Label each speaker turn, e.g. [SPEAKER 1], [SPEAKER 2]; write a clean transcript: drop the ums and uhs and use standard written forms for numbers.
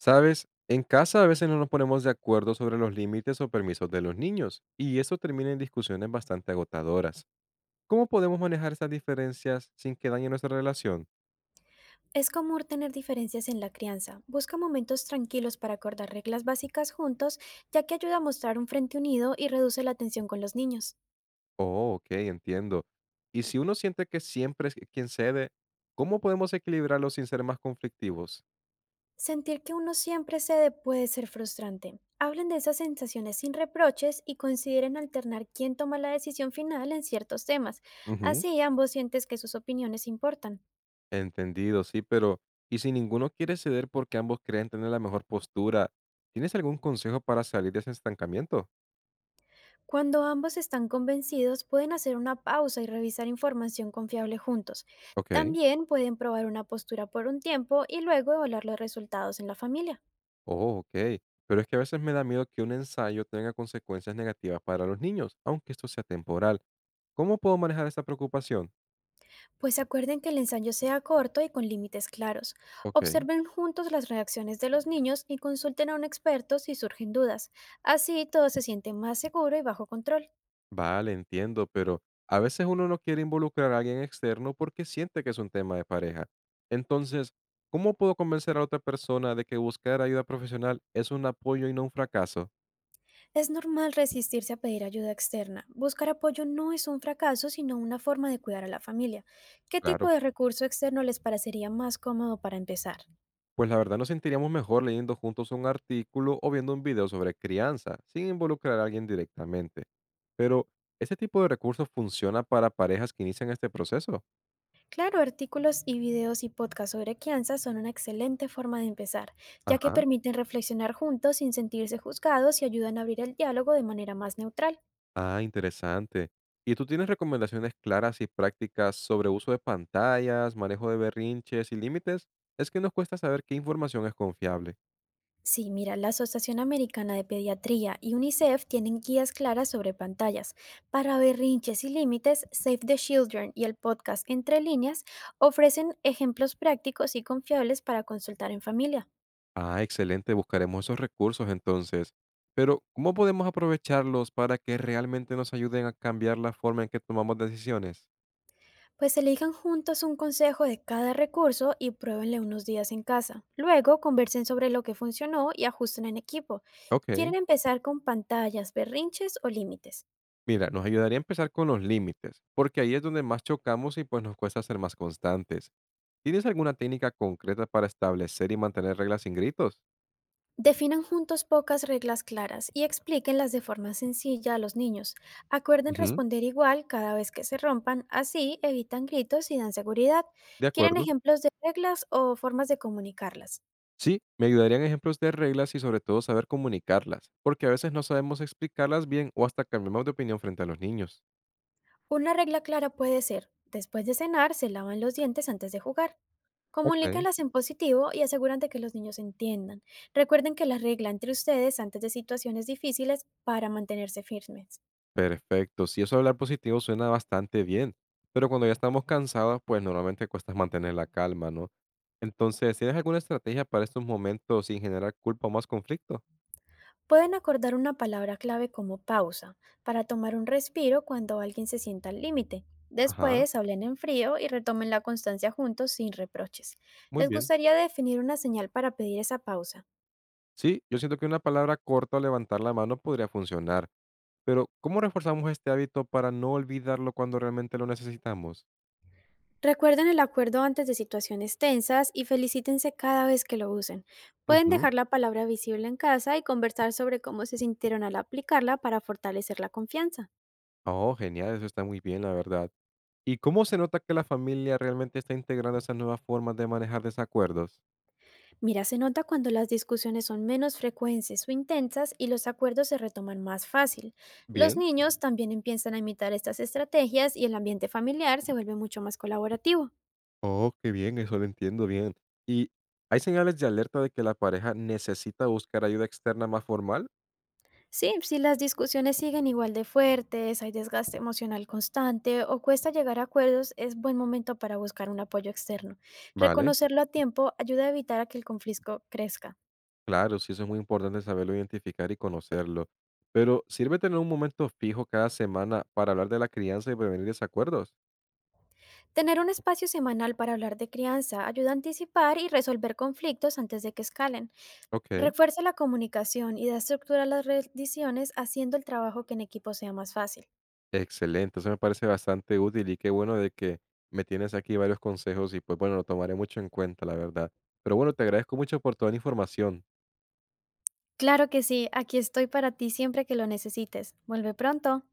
[SPEAKER 1] Sabes, en casa a veces no nos ponemos de acuerdo sobre los límites o permisos de los niños, y eso termina en discusiones bastante agotadoras. ¿Cómo podemos manejar estas diferencias sin que dañe nuestra relación?
[SPEAKER 2] Es común tener diferencias en la crianza. Busca momentos tranquilos para acordar reglas básicas juntos, ya que ayuda a mostrar un frente unido y reduce la tensión con los niños.
[SPEAKER 1] Oh, ok, entiendo. Y si uno siente que siempre es quien cede, ¿cómo podemos equilibrarlo sin ser más conflictivos?
[SPEAKER 2] Sentir que uno siempre cede puede ser frustrante. Hablen de esas sensaciones sin reproches y consideren alternar quién toma la decisión final en ciertos temas.
[SPEAKER 1] Ujú.
[SPEAKER 2] Así ambos sientes que sus opiniones importan.
[SPEAKER 1] Entendido, sí, pero ¿y si ninguno quiere ceder porque ambos creen tener la mejor postura? ¿Tienes algún consejo para salir de ese estancamiento?
[SPEAKER 2] Cuando ambos están convencidos, pueden hacer una pausa y revisar información confiable juntos.
[SPEAKER 1] Ok.
[SPEAKER 2] También pueden probar una postura por un tiempo y luego evaluar los resultados en la familia.
[SPEAKER 1] Oh, ok. Pero es que a veces me da miedo que un ensayo tenga consecuencias negativas para los niños, aunque esto sea temporal. ¿Cómo puedo manejar esta preocupación?
[SPEAKER 2] Pues acuerden que el ensayo sea corto y con límites claros.
[SPEAKER 1] Ok,
[SPEAKER 2] Observen juntos las reacciones de los niños y consulten a un experto si surgen dudas. Así todo se siente más seguro y bajo control.
[SPEAKER 1] vale, entiendo, pero a veces uno no quiere involucrar a alguien externo porque siente que es un tema de pareja. Entonces, ¿cómo puedo convencer a otra persona de que buscar ayuda profesional es un apoyo y no un fracaso?
[SPEAKER 2] Es normal resistirse a pedir ayuda externa. Buscar apoyo no es un fracaso, sino una forma de cuidar a la familia. ¿Qué tipo
[SPEAKER 1] Claro.
[SPEAKER 2] de recurso externo les parecería más cómodo para empezar?
[SPEAKER 1] Pues la verdad nos sentiríamos mejor leyendo juntos un artículo o viendo un video sobre crianza, sin involucrar a alguien directamente. Pero, ¿ese tipo de recursos funciona para parejas que inician este proceso?
[SPEAKER 2] Claro, artículos y videos y podcasts sobre crianza son una excelente forma de empezar, ya que
[SPEAKER 1] Ajá.
[SPEAKER 2] permiten reflexionar juntos sin sentirse juzgados y ayudan a abrir el diálogo de manera más neutral.
[SPEAKER 1] Ah, interesante. ¿Y tú tienes recomendaciones claras y prácticas sobre uso de pantallas, manejo de berrinches y límites? Es que nos cuesta saber qué información es confiable.
[SPEAKER 2] Sí, mira, la Asociación Americana de Pediatría y UNICEF tienen guías claras sobre pantallas. Para berrinches y límites, Save the Children y el podcast Entre líneas ofrecen ejemplos prácticos y confiables para consultar en familia.
[SPEAKER 1] Ah, excelente, buscaremos esos recursos entonces. Pero, ¿cómo podemos aprovecharlos para que realmente nos ayuden a cambiar la forma en que tomamos decisiones?
[SPEAKER 2] Pues elijan juntos un consejo de cada recurso y pruébenle unos días en casa. Luego conversen sobre lo que funcionó y ajusten en equipo.
[SPEAKER 1] Ok,
[SPEAKER 2] ¿Quieren empezar con pantallas, berrinches o límites?
[SPEAKER 1] mira, nos ayudaría a empezar con los límites, porque ahí es donde más chocamos y pues nos cuesta ser más constantes. ¿Tienes alguna técnica concreta para establecer y mantener reglas sin gritos?
[SPEAKER 2] Definan juntos pocas reglas claras y explíquenlas de forma sencilla a los niños. Acuerden
[SPEAKER 1] Ujú.
[SPEAKER 2] responder igual cada vez que se rompan, así evitan gritos y dan seguridad.
[SPEAKER 1] De
[SPEAKER 2] ¿Quieren
[SPEAKER 1] acuerdo.
[SPEAKER 2] ejemplos de reglas o formas de comunicarlas?
[SPEAKER 1] Sí, me ayudarían ejemplos de reglas y sobre todo saber comunicarlas, porque a veces no sabemos explicarlas bien o hasta cambiamos de opinión frente a los niños.
[SPEAKER 2] Una regla clara puede ser, después de cenar se lavan los dientes antes de jugar.
[SPEAKER 1] Ok.
[SPEAKER 2] Comuníquenlas en positivo y aseguran de que los niños entiendan. Recuerden que la regla entre ustedes antes de situaciones difíciles para mantenerse firmes.
[SPEAKER 1] Perfecto, sí, eso de hablar positivo suena bastante bien, pero cuando ya estamos cansados, pues normalmente cuesta mantener la calma, ¿no? Entonces, ¿tienes alguna estrategia para estos momentos sin generar culpa o más conflicto?
[SPEAKER 2] Pueden acordar una palabra clave como pausa para tomar un respiro cuando alguien se sienta al límite.
[SPEAKER 1] Ajá,
[SPEAKER 2] Después hablen en frío y retomen la constancia juntos sin reproches.
[SPEAKER 1] muy
[SPEAKER 2] Les
[SPEAKER 1] bien.
[SPEAKER 2] gustaría definir una señal para pedir esa pausa.
[SPEAKER 1] Sí, yo siento que una palabra corta o levantar la mano podría funcionar, pero ¿cómo reforzamos este hábito para no olvidarlo cuando realmente lo necesitamos?
[SPEAKER 2] Recuerden el acuerdo antes de situaciones tensas y felicítense cada vez que lo usen. Pueden
[SPEAKER 1] Ujú.
[SPEAKER 2] dejar la palabra visible en casa y conversar sobre cómo se sintieron al aplicarla para fortalecer la confianza.
[SPEAKER 1] Oh, genial, eso está muy bien, la verdad. ¿Y cómo se nota que la familia realmente está integrando esas nuevas formas de manejar desacuerdos?
[SPEAKER 2] Mira, se nota cuando las discusiones son menos frecuentes o intensas y los acuerdos se retoman más fácil. Los
[SPEAKER 1] Bien.
[SPEAKER 2] niños también empiezan a imitar estas estrategias y el ambiente familiar se vuelve mucho más colaborativo.
[SPEAKER 1] Oh, qué bien, eso lo entiendo bien. ¿Y hay señales de alerta de que la pareja necesita buscar ayuda externa más formal?
[SPEAKER 2] Sí, si las discusiones siguen igual de fuertes, hay desgaste emocional constante o cuesta llegar a acuerdos, es buen momento para buscar un apoyo externo.
[SPEAKER 1] Vale,
[SPEAKER 2] Reconocerlo a tiempo ayuda a evitar a que el conflicto crezca.
[SPEAKER 1] claro, sí, eso es muy importante saberlo identificar y conocerlo. Pero, ¿sirve tener un momento fijo cada semana para hablar de la crianza y prevenir desacuerdos?
[SPEAKER 2] Tener un espacio semanal para hablar de crianza ayuda a anticipar y resolver conflictos antes de que escalen.
[SPEAKER 1] Ok,
[SPEAKER 2] Refuerza la comunicación y da estructura a las rendiciones haciendo el trabajo que en equipo sea más fácil.
[SPEAKER 1] excelente, eso me parece bastante útil y qué bueno de que me tienes aquí varios consejos y pues bueno, lo tomaré mucho en cuenta, la verdad. Pero bueno, te agradezco mucho por toda la información.
[SPEAKER 2] Claro que sí, aquí estoy para ti siempre que lo necesites. Vuelve pronto.